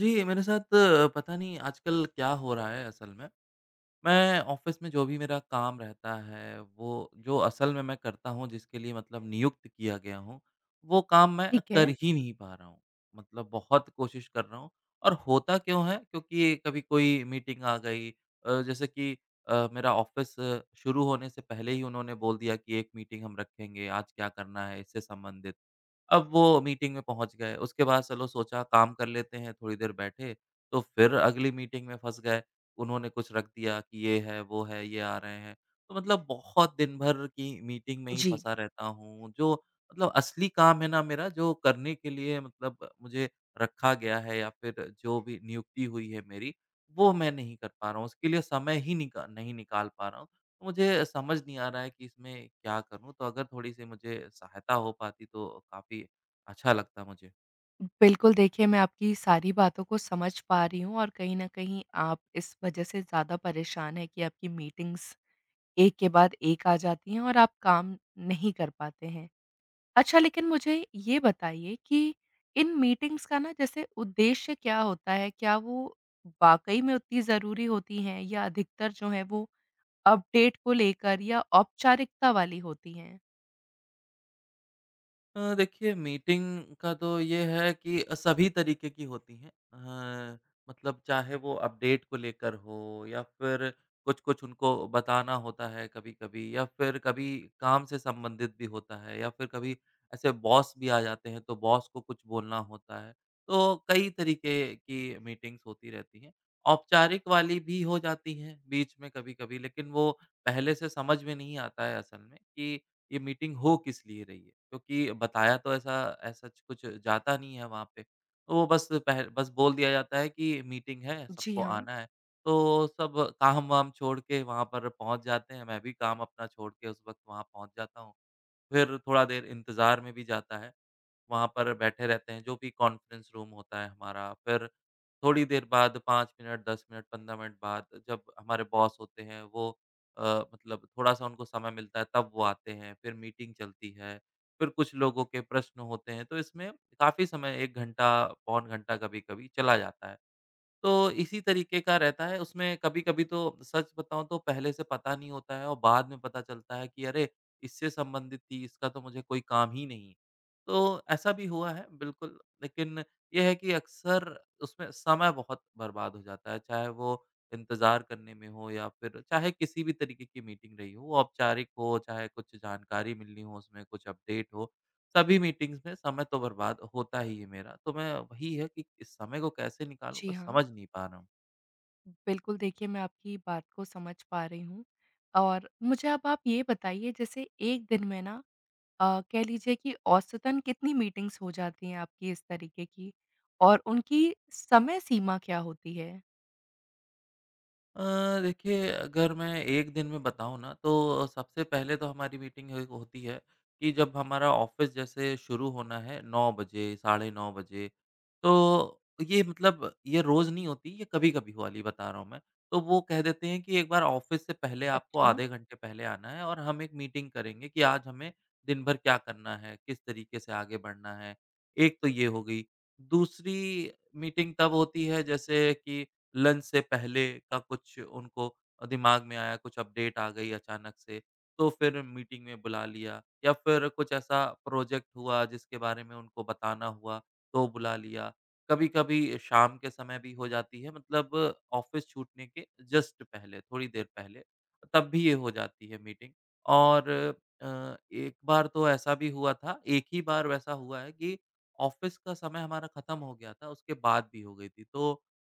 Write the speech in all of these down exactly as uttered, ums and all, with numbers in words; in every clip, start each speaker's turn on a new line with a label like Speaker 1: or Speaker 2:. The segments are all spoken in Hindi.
Speaker 1: जी, मेरे साथ अ, पता नहीं आजकल क्या हो रहा है असल में। मैं ऑफ़िस में जो भी मेरा काम रहता है, वो जो असल में मैं करता हूँ, जिसके लिए मतलब नियुक्त किया गया हूँ, वो काम मैं
Speaker 2: ठीक है।
Speaker 1: कर ही नहीं पा रहा हूँ। मतलब बहुत कोशिश कर रहा हूँ और होता क्यों है, क्योंकि कभी कोई मीटिंग आ गई अ, जैसे कि अ, मेरा ऑफ़िस शुरू होने से पहले ही उन्होंने बोल दिया कि एक मीटिंग हम रखेंगे, आज क्या करना है इससे संबंधित। अब वो मीटिंग में पहुँच गए, उसके बाद चलो सोचा काम कर लेते हैं, थोड़ी देर बैठे, तो फिर अगली मीटिंग में फँस गए। उन्होंने कुछ रख दिया कि ये है, वो है, ये आ रहे हैं। तो मतलब बहुत दिन भर की मीटिंग में ही
Speaker 2: जी।
Speaker 1: फँसा रहता हूँ, जो मतलब असली काम है ना मेरा, जो करने के लिए मतलब मुझे रखा गया है या फिर जो भी नियुक्ति हुई है मेरी, वो मैं नहीं कर पा रहा हूँ। उसके लिए समय ही निका नहीं निकाल पा रहा हूँ। मुझे समझ नहीं आ रहा है कि इसमें क्या करूँ? तो अगर थोड़ी-सी मुझे सहायता हो पाती तो काफ़ी अच्छा लगता मुझे।
Speaker 2: बिल्कुल देखिए, मैं आपकी सारी बातों को समझ पा रही हूँ और कहीं न कहीं आप इस वजह से ज़्यादा परेशान हैं कि आपकी मीटिंग्स एक के बाद एक आ जाती हैं और आप काम नहीं कर पाते हैं। अच्छा लेकिन मुझे ये बताइए कि इन मीटिंग्स का ना जैसे उद्देश्य क्या होता है? क्या वो वाक़ई में उतनी ज़रूरी होती हैं या अधिकतर जो हैं वो अपडेट को लेकर या औपचारिकता वाली होती हैं?
Speaker 1: अ, देखिए मीटिंग का तो ये है कि सभी तरीके की होती हैं। अ, मतलब चाहे वो अपडेट को लेकर हो या फिर कुछ-कुछ उनको बताना होता है कभी-कभी या फिर कभी काम से संबंधित भी होता है या फिर कभी ऐसे बॉस भी आ जाते हैं, तो बॉस को कुछ बोलना होता है। तो कई तरीके की मीटिंग्स होती रहती हैं। औपचारिक वाली भी हो जाती हैं बीच में कभी-कभी, लेकिन वो पहले से समझ में नहीं आता है असल में कि ये मीटिंग हो किस लिए रही है? क्योंकि बताया तो ऐसा ऐसा कुछ जाता नहीं है वहाँ पे। तो वो बस पह बस बोल दिया जाता है कि मीटिंग है,
Speaker 2: जी
Speaker 1: सबको
Speaker 2: हाँ।
Speaker 1: आना है। तो सब काम-वाम छोड़ के वहाँ पर पहुँच जाते हैं, मैं भी काम अपना छोड़ के उस वक़्त वहाँ पहुँच जाता हूँ। फिर थोड़ा देर इंतज़ार में भी जाता है। वहाँ पर बैठे रहते हैं, जो भी कॉन्फ्रेंस रूम होता है हमारा। फिर थोड़ी देर बाद पाँच मिनट, दस मिनट, पंद्रह मिनट बाद जब हमारे बॉस होते हैं वो अ, मतलब थोड़ा-सा उनको समय मिलता है तब वो आते हैं, फिर मीटिंग चलती है, फिर कुछ लोगों के प्रश्न होते हैं। तो इसमें काफ़ी समय एक घंटा, पौन घंटा कभी-कभी चला जाता है। तो इसी तरीके का रहता है, उसमें कभी-कभी तो सच बताऊँ तो पहले से पता नहीं होता है और बाद में पता चलता है कि अरे! इससे संबंधित थी, इसका तो मुझे कोई काम ही नहीं है। तो ऐसा भी हुआ है बिल्कुल, लेकिन ये है कि अक्सर उसमें समय बहुत बर्बाद हो जाता है, चाहे वो इंतज़ार करने में हो या फिर चाहे किसी भी तरीके की मीटिंग रही हो, वो औपचारिक हो, चाहे कुछ जानकारी मिलनी हो उसमें, कुछ अपडेट हो। सभी मीटिंग्स में समय तो बर्बाद होता ही है मेरा, तो मैं वही है कि इस समय को कैसे निकालूँ
Speaker 2: जी
Speaker 1: बस
Speaker 2: हाँ।
Speaker 1: समझ नहीं पा रहा हूँ।
Speaker 2: बिल्कुल, देखिए मैं आपकी बात को समझ पा रही हूँ और मुझे अब आप ये बताइए जैसे एक दिन में ना अ, कह लीजिए कि औसतन कितनी मीटिंग्स हो जाती हैं आपकी इस तरीके की? और उनकी समय सीमा क्या होती है?
Speaker 1: अ, देखिए अगर मैं एक दिन में बताऊँ ना तो सबसे पहले तो हमारी मीटिंग ह होती है कि जब हमारा ऑफ़िस जैसे शुरू होना है नौ बजे, साढ़े नौ बजे। तो ये मतलब ये रोज़ नहीं होती, ये कभी-कभी वाली बता रहा हूँ मैं। तो वो कह देते हैं कि एक बार ऑफ़िस से पहले आपको
Speaker 2: अच्छा,
Speaker 1: आधे घंटे पहले आना है और हम एक मीटिंग करेंगे कि आज हमें दिन भर क्या करना है, किस तरीके से आगे बढ़ना है। एक तो ये हो गई। दूसरी मीटिंग तब होती है जैसे कि लंच से पहले का कुछ उनको दिमाग में आया, कुछ अपडेट आ गई अचानक से, तो फिर मीटिंग में बुला लिया या फिर कुछ ऐसा प्रोजेक्ट हुआ जिसके बारे में उनको बताना हुआ, तो बुला लिया। कभी-कभी शाम के समय भी हो जाती है मतलब ऑफ़िस छूटने के जस्ट पहले, थोड़ी देर पहले, तब भी ये हो जाती है मीटिंग। और अ, एक बार तो ऐसा भी हुआ था, एक ही बार वैसा हुआ है कि ऑफ़िस का समय हमारा खत्म हो गया था, उसके बाद भी हो गई थी। तो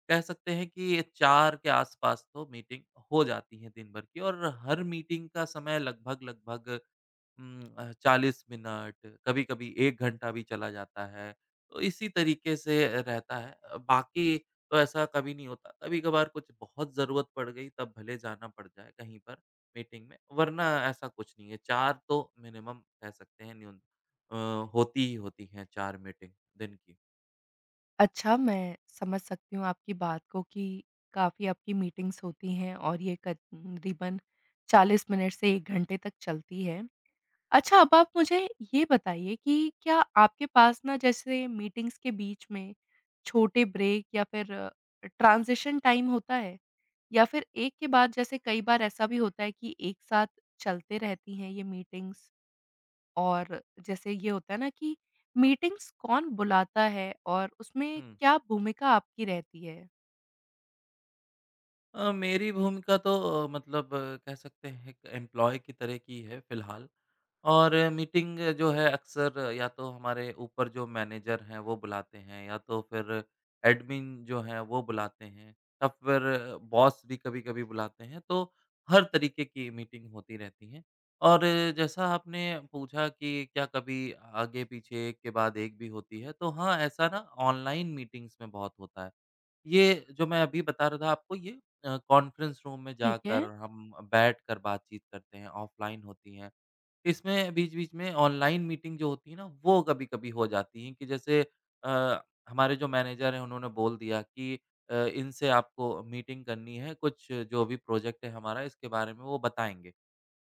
Speaker 1: कह सकते हैं कि चार के आस-पास तो मीटिंग हो जाती है दिन भर की और हर मीटिंग का समय लगभग-लगभग उम, अ, चालीस मिनट, कभी-कभी एक घंटा भी चला जाता है। तो इसी तरीके से रहता है। अ, बाकी तो ऐसा कभी नहीं होता। कभी-कभार कुछ बहुत ज़रूरत पड़ गई तब भले जाना पड़ जाए कहीं पर मीटिंग में, वरना ऐसा कुछ नहीं है। चार तो मिनिमम कह सकते हैं न्यून अ, होती ही होती हैं चार मीटिंग दिन की।
Speaker 2: अच्छा मैं समझ सकती हूँ आपकी बात को कि काफ़ी आपकी मीटिंग्स होती हैं और ये करीबन चालीस मिनट से एक घंटे तक चलती है। अच्छा, अब आप मुझे ये बताइए कि क्या आपके पास ना जैसे मीटिंग्स के बीच में छोटे ब्रेक या फिर ट्रांज़िशन टाइम होता है? या फिर एक के बाद जैसे कई बार ऐसा भी होता है कि एक साथ चलते रहती हैं ये मीटिंग्स और जैसे ये होता है ना कि मीटिंग्स कौन बुलाता है और उसमें
Speaker 1: हुँ।
Speaker 2: क्या भूमिका आपकी रहती है?
Speaker 1: अ, मेरी भूमिका तो अ, मतलब अ, कह सकते हैं एक एम्प्लॉय की तरह की है फ़िलहाल और अ, मीटिंग जो है अक्सर अ, या तो हमारे ऊपर जो मैनेजर हैं वो बुलाते हैं या तो फिर एडमिन जो हैं वो बुलाते हैं या फिर बॉस भी कभी-कभी बुलाते हैं, तो हर तरीके की मीटिंग होती रहती है। और अ, जैसा आपने पूछा कि क्या कभी आगे-पीछे एक के बाद एक भी होती है, तो हाँ, ऐसा ना ऑनलाइन मीटिंग्स में बहुत होता है। ये जो मैं अभी बता रहा था आपको ये अ, कॉन्फ्रेंस रूम में
Speaker 2: ठीक है।
Speaker 1: जाकर हम बैठकर बातचीत करते हैं, ऑफ़लाइन होती हैं। इसमें बीच-बीच में ऑनलाइन मीटिंग जो होती है ना, वो कभी-कभी हो जाती हैं कि जैसे अ, हमारे जो मैनेजर हैं उन्होंने बोल दिया कि अ, इनसे आपको मीटिंग करनी है, कुछ जो भी प्रोजेक्ट है हमारा इसके बारे में वो बताएँगे।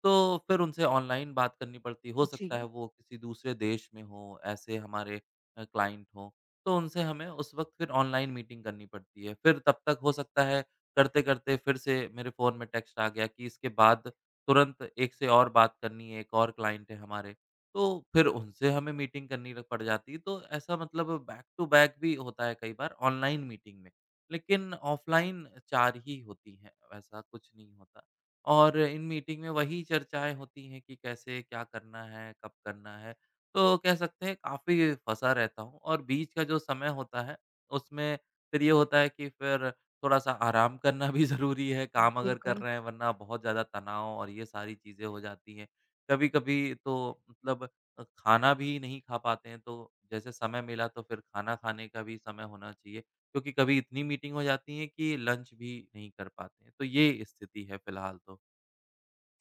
Speaker 1: तो फिर उनसे ऑनलाइन बात करनी पड़ती हो
Speaker 2: जी।
Speaker 1: सकता है वो किसी दूसरे देश में हों, ऐसे हमारे अ, क्लाइंट हों, तो उनसे हमें उस वक़्त फिर ऑनलाइन मीटिंग करनी पड़ती है। फिर तब तक हो सकता है करते-करते फिर से मेरे फ़ोन में टेक्स्ट आ गया कि इसके बाद तुरंत एक से और बात करनी है, एक और क्लाइंट है हमारे, तो फिर उनसे हमें मीटिंग करनी र पड़ जाती है। तो ऐसा मतलब बैक टू बैक भी होता है कई बार ऑनलाइन मीटिंग में, लेकिन ऑफ़लाइन चार ही होती हैं, वैसा कुछ नहीं होता। और इन मीटिंग में वही चर्चाएँ होती हैं कि कैसे क्या करना है, कब करना है। तो कह सकते हैं काफ़ी फँसा रहता हूँ और बीच का जो समय होता है, उसमें फिर ये होता है कि फिर थोड़ा-सा आराम करना भी ज़रूरी है, काम अगर कर
Speaker 2: बिल्कुल।
Speaker 1: रहे हैं वरना बहुत ज़्यादा तनाव और ये सारी चीज़ें हो जाती हैं। कभी-कभी तो मतलब अ, खाना भी नहीं खा पाते हैं तो जैसे समय मिला तो फिर खाना खाने का भी समय होना चाहिए क्योंकि कभी इतनी मीटिंग हो जाती है कि लंच भी नहीं कर पाते हैं। तो ये स्थिति है फ़िलहाल तो।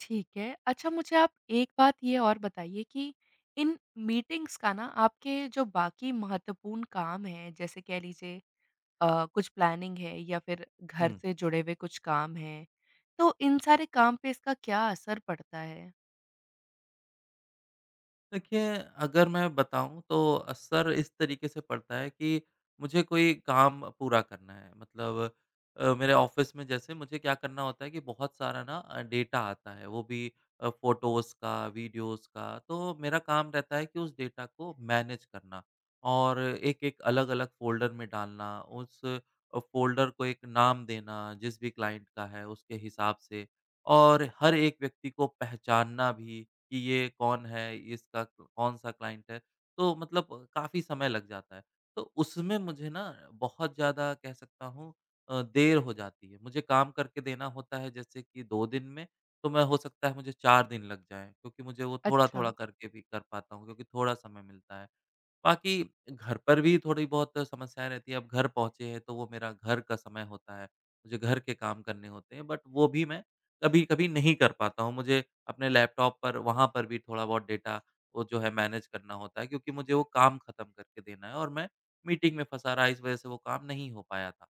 Speaker 2: ठीक है। अच्छा मुझे आप एक बात ये और बताइए कि इन मीटिंग्स का ना आपके जो बाकी महत्वपूर्ण काम हैं, जैसे कह लीजिए अ, कुछ प्लानिंग है या फिर घर
Speaker 1: हुँ।
Speaker 2: से जुड़े हुए कुछ काम हैं, तो इन सारे काम पे इसका क्या असर पड़ता है?
Speaker 1: देखिए, अगर मैं बताऊँ तो असर इस तरीके से पड़ता है कि मुझे कोई काम पूरा करना है। मतलब अ, मेरे ऑफ़िस में जैसे मुझे क्या करना होता है कि बहुत सारा ना अ, डेटा आता है, वो भी अ, फ़ोटोज़ का, वीडियोज़ का। तो मेरा काम रहता है कि उस डेटा को मैनेज करना और एक-एक, अलग-अलग फ़ोल्डर में डालना, उस अ, फ़ोल्डर को एक नाम देना जिस भी क्लाइंट का है, उसके हिसाब से और हर एक व्यक्ति को पहचानना भी कि ये कौन है, इसका कौन-सा क्लाइंट है। तो मतलब काफ़ी समय लग जाता है। तो उसमें मुझे ना बहुत ज़्यादा कह सकता हूँ अ, देर हो जाती है। मुझे काम करके देना होता है जैसे कि दो दिन में, तो मैं हो सकता है मुझे चार दिन लग जाएँ क्योंकि मुझे वो
Speaker 2: अच्छा,
Speaker 1: थोड़ा-थोड़ा करके भी कर पाता हूँ क्योंकि थोड़ा समय मिलता है। बाकी घर पर भी थोड़ी बहुत समस्याएँ रहती हैं। अब घर पहुँचे हैं तो वो मेरा घर का समय होता है, मुझे घर के काम करने होते हैं बट वो भी मैं कभी-कभी नहीं कर पाता हूँ। मुझे अपने लैपटॉप पर वहाँ पर भी थोड़ा बहुत डेटा वो जो है मैनेज करना होता है क्योंकि मुझे वो काम ख़त्म करके देना है और मैं मीटिंग में फँसा रहा इस वज़ह से वो काम नहीं हो पाया था।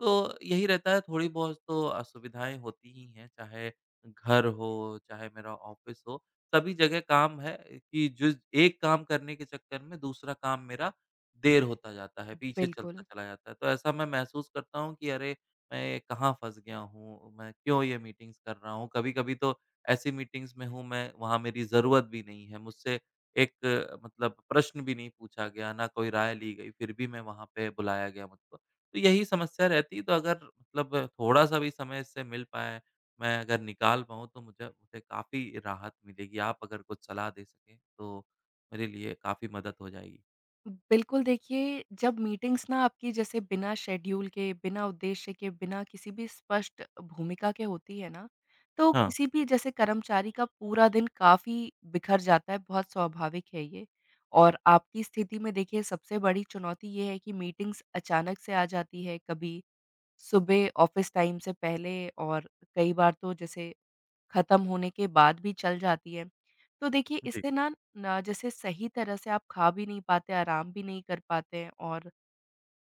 Speaker 1: तो यही रहता है थोड़ी बहुत तो असुविधाएँ होती ही हैं, चाहे घर हो, चाहे मेरा ऑफ़िस हो। सभी जगह काम है कि जो एक काम करने के चक्कर में दूसरा काम मेरा देर होता जाता है, पीछे चलता
Speaker 2: बिल्कुल।
Speaker 1: चला जाता है। तो ऐसा मैं महसूस करता हूँ कि अरे! मैं कहाँ फँस गया हूँ, मैं क्यों ये मीटिंग्स कर रहा हूँ। कभी-कभी तो ऐसी मीटिंग्स में हूँ मैं, वहाँ मेरी ज़रूरत भी नहीं है। मुझसे एक अ, मतलब प्रश्न भी नहीं पूछा गया, ना कोई राय ली गई, फिर भी मैं वहाँ पे बुलाया गया मुझको। तो यही समस्या रहती है, तो अगर मतलब थोड़ा-सा भी समय इससे मिल पाए मैं अगर निकाल पाऊँ तो मुझे मुझे काफ़ी राहत मिलेगी। आप अगर कुछ सलाह दे सकें तो मेरे लिए काफ़ी मदद हो जाएगी।
Speaker 2: बिल्कुल, देखिए जब मीटिंग्स ना आपकी जैसे बिना शेड्यूल के, बिना उद्देश्य के, बिना किसी भी स्पष्ट भूमिका के होती है ना, तो
Speaker 1: हाँ।
Speaker 2: किसी भी जैसे कर्मचारी का पूरा दिन काफ़ी बिखर जाता है, बहुत स्वाभाविक है ये। और आपकी स्थिति में देखिए सबसे बड़ी चुनौती ये है कि मीटिंग्स अचानक से आ जाती है, कभी सुबह ऑफ़िस टाइम से पहले और कई बार तो जैसे खत्म होने के बाद भी चल जाती है। तो देखिए
Speaker 1: जी,
Speaker 2: इससे ना ना जैसे सही तरह से आप खा भी नहीं पाते, आराम भी नहीं कर पाते हैं और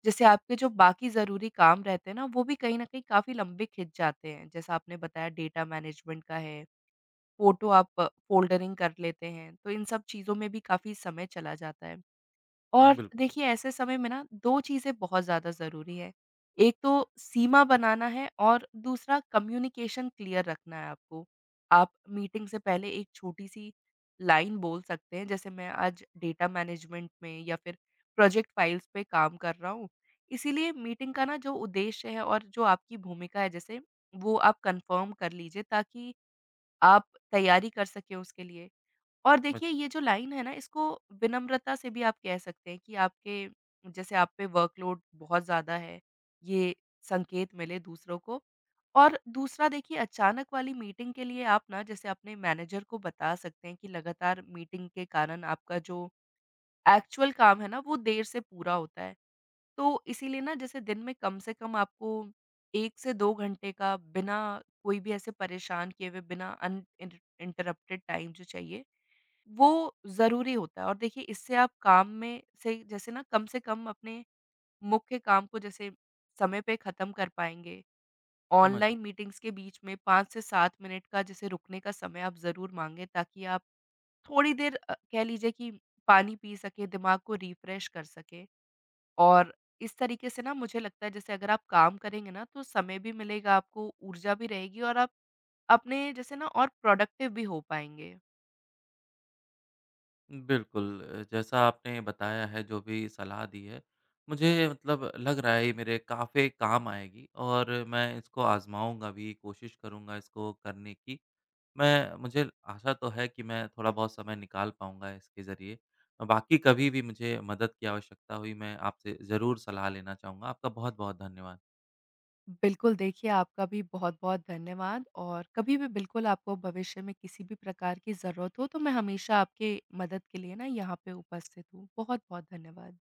Speaker 2: जैसे आपके जो बाकी ज़रूरी काम रहते हैं ना, वो भी कहीं न कहीं काफ़ी लंबे खिंच जाते हैं। जैसा आपने बताया डेटा मैनेजमेंट का है, फ़ोटो आप फ़ोल्डरिंग कर लेते हैं, तो इन सब चीज़ों में भी काफ़ी समय चला जाता है। और
Speaker 1: बिल्कुल।
Speaker 2: देखिए ऐसे समय में ना दो चीज़ें बहुत ज़्यादा ज़रूरी है। एक तो सीमा बनाना है और दूसरा कम्युनिकेशन क्लियर रखना है आपको। आप मीटिंग से पहले एक छोटी-सी लाइन बोल सकते हैं, जैसे मैं आज डेटा मैनेजमेंट में या फिर प्रोजेक्ट फाइल्स पे काम कर रहा हूँ। इसीलिए मीटिंग का ना जो उद्देश्य है और जो आपकी भूमिका है जैसे, वो आप कन्फर्म कर लीजिए, ताकि आप तैयारी कर सकें उसके लिए। और देखिए
Speaker 1: मुझे
Speaker 2: ये जो लाइन है ना इसको विनम्रता से भी आप कह सकते हैं कि आपके जैसे आप पे वर्कलोड बहुत ज़्यादा है, ये संकेत मिले दूसरों को। और दूसरा देखिए अचानक वाली मीटिंग के लिए आप ना जैसे अपने मैनेजर को बता सकते हैं कि लगातार मीटिंग के कारण आपका जो एक्चुअल काम है ना वो देर से पूरा होता है। तो इसीलिए ना जैसे दिन में कम से कम आपको एक से दो घंटे का बिना कोई भी ऐसे परेशान किए हुए, बिना अन इंट इंटरप्टेड टाइम जो चाहिए, वो ज़रूरी होता है और देखिए इससे आप काम में से जैसे ना कम से कम अपने मुख्य काम को जैसे समय पे ख़त्म कर पाएँगे।
Speaker 1: समझ
Speaker 2: ऑनलाइन मीटिंग्स के बीच में पाँच से सात मिनट का जैसे रुकने का समय आप ज़रूर माँगे, ताकि आप थोड़ी देर अ, कह लीजिए कि पानी पी सकें, दिमाग को रिफ्रेश कर सकें। और इस तरीके से ना मुझे लगता है जैसे अगर आप काम करेंगे ना तो समय भी मिलेगा आपको, ऊर्जा भी रहेगी और आप अपने जैसे ना और प्रोडक्टिव भी हो पाएँगे।
Speaker 1: बिल्कुल अ, जैसा आपने बताया है जो भी सलाह दी है, मुझे मतलब लग रहा है ये मेरे काफ़ी काम आएगी और मैं इसको आज़माऊँगा भी, कोशिश करूँगा इसको करने की। मैं मुझे आशा तो है कि मैं थोड़ा-बहुत समय निकाल पाऊँगा इसके ज़रिए। बाकी कभी भी मुझे मदद की आवश्यकता हुई मैं आपसे ज़रूर सलाह लेना चाहूँगा। आपका बहुत-बहुत धन्यवाद।
Speaker 2: बिल्कुल, देखिए आपका भी बहुत-बहुत धन्यवाद और कभी भी बिल्कुल आपको भविष्य में किसी भी प्रकार की ज़रूरत हो, तो मैं हमेशा आपके मदद के लिए ना यहाँ पे उपस्थित हूँ। बहुत-बहुत धन्यवाद।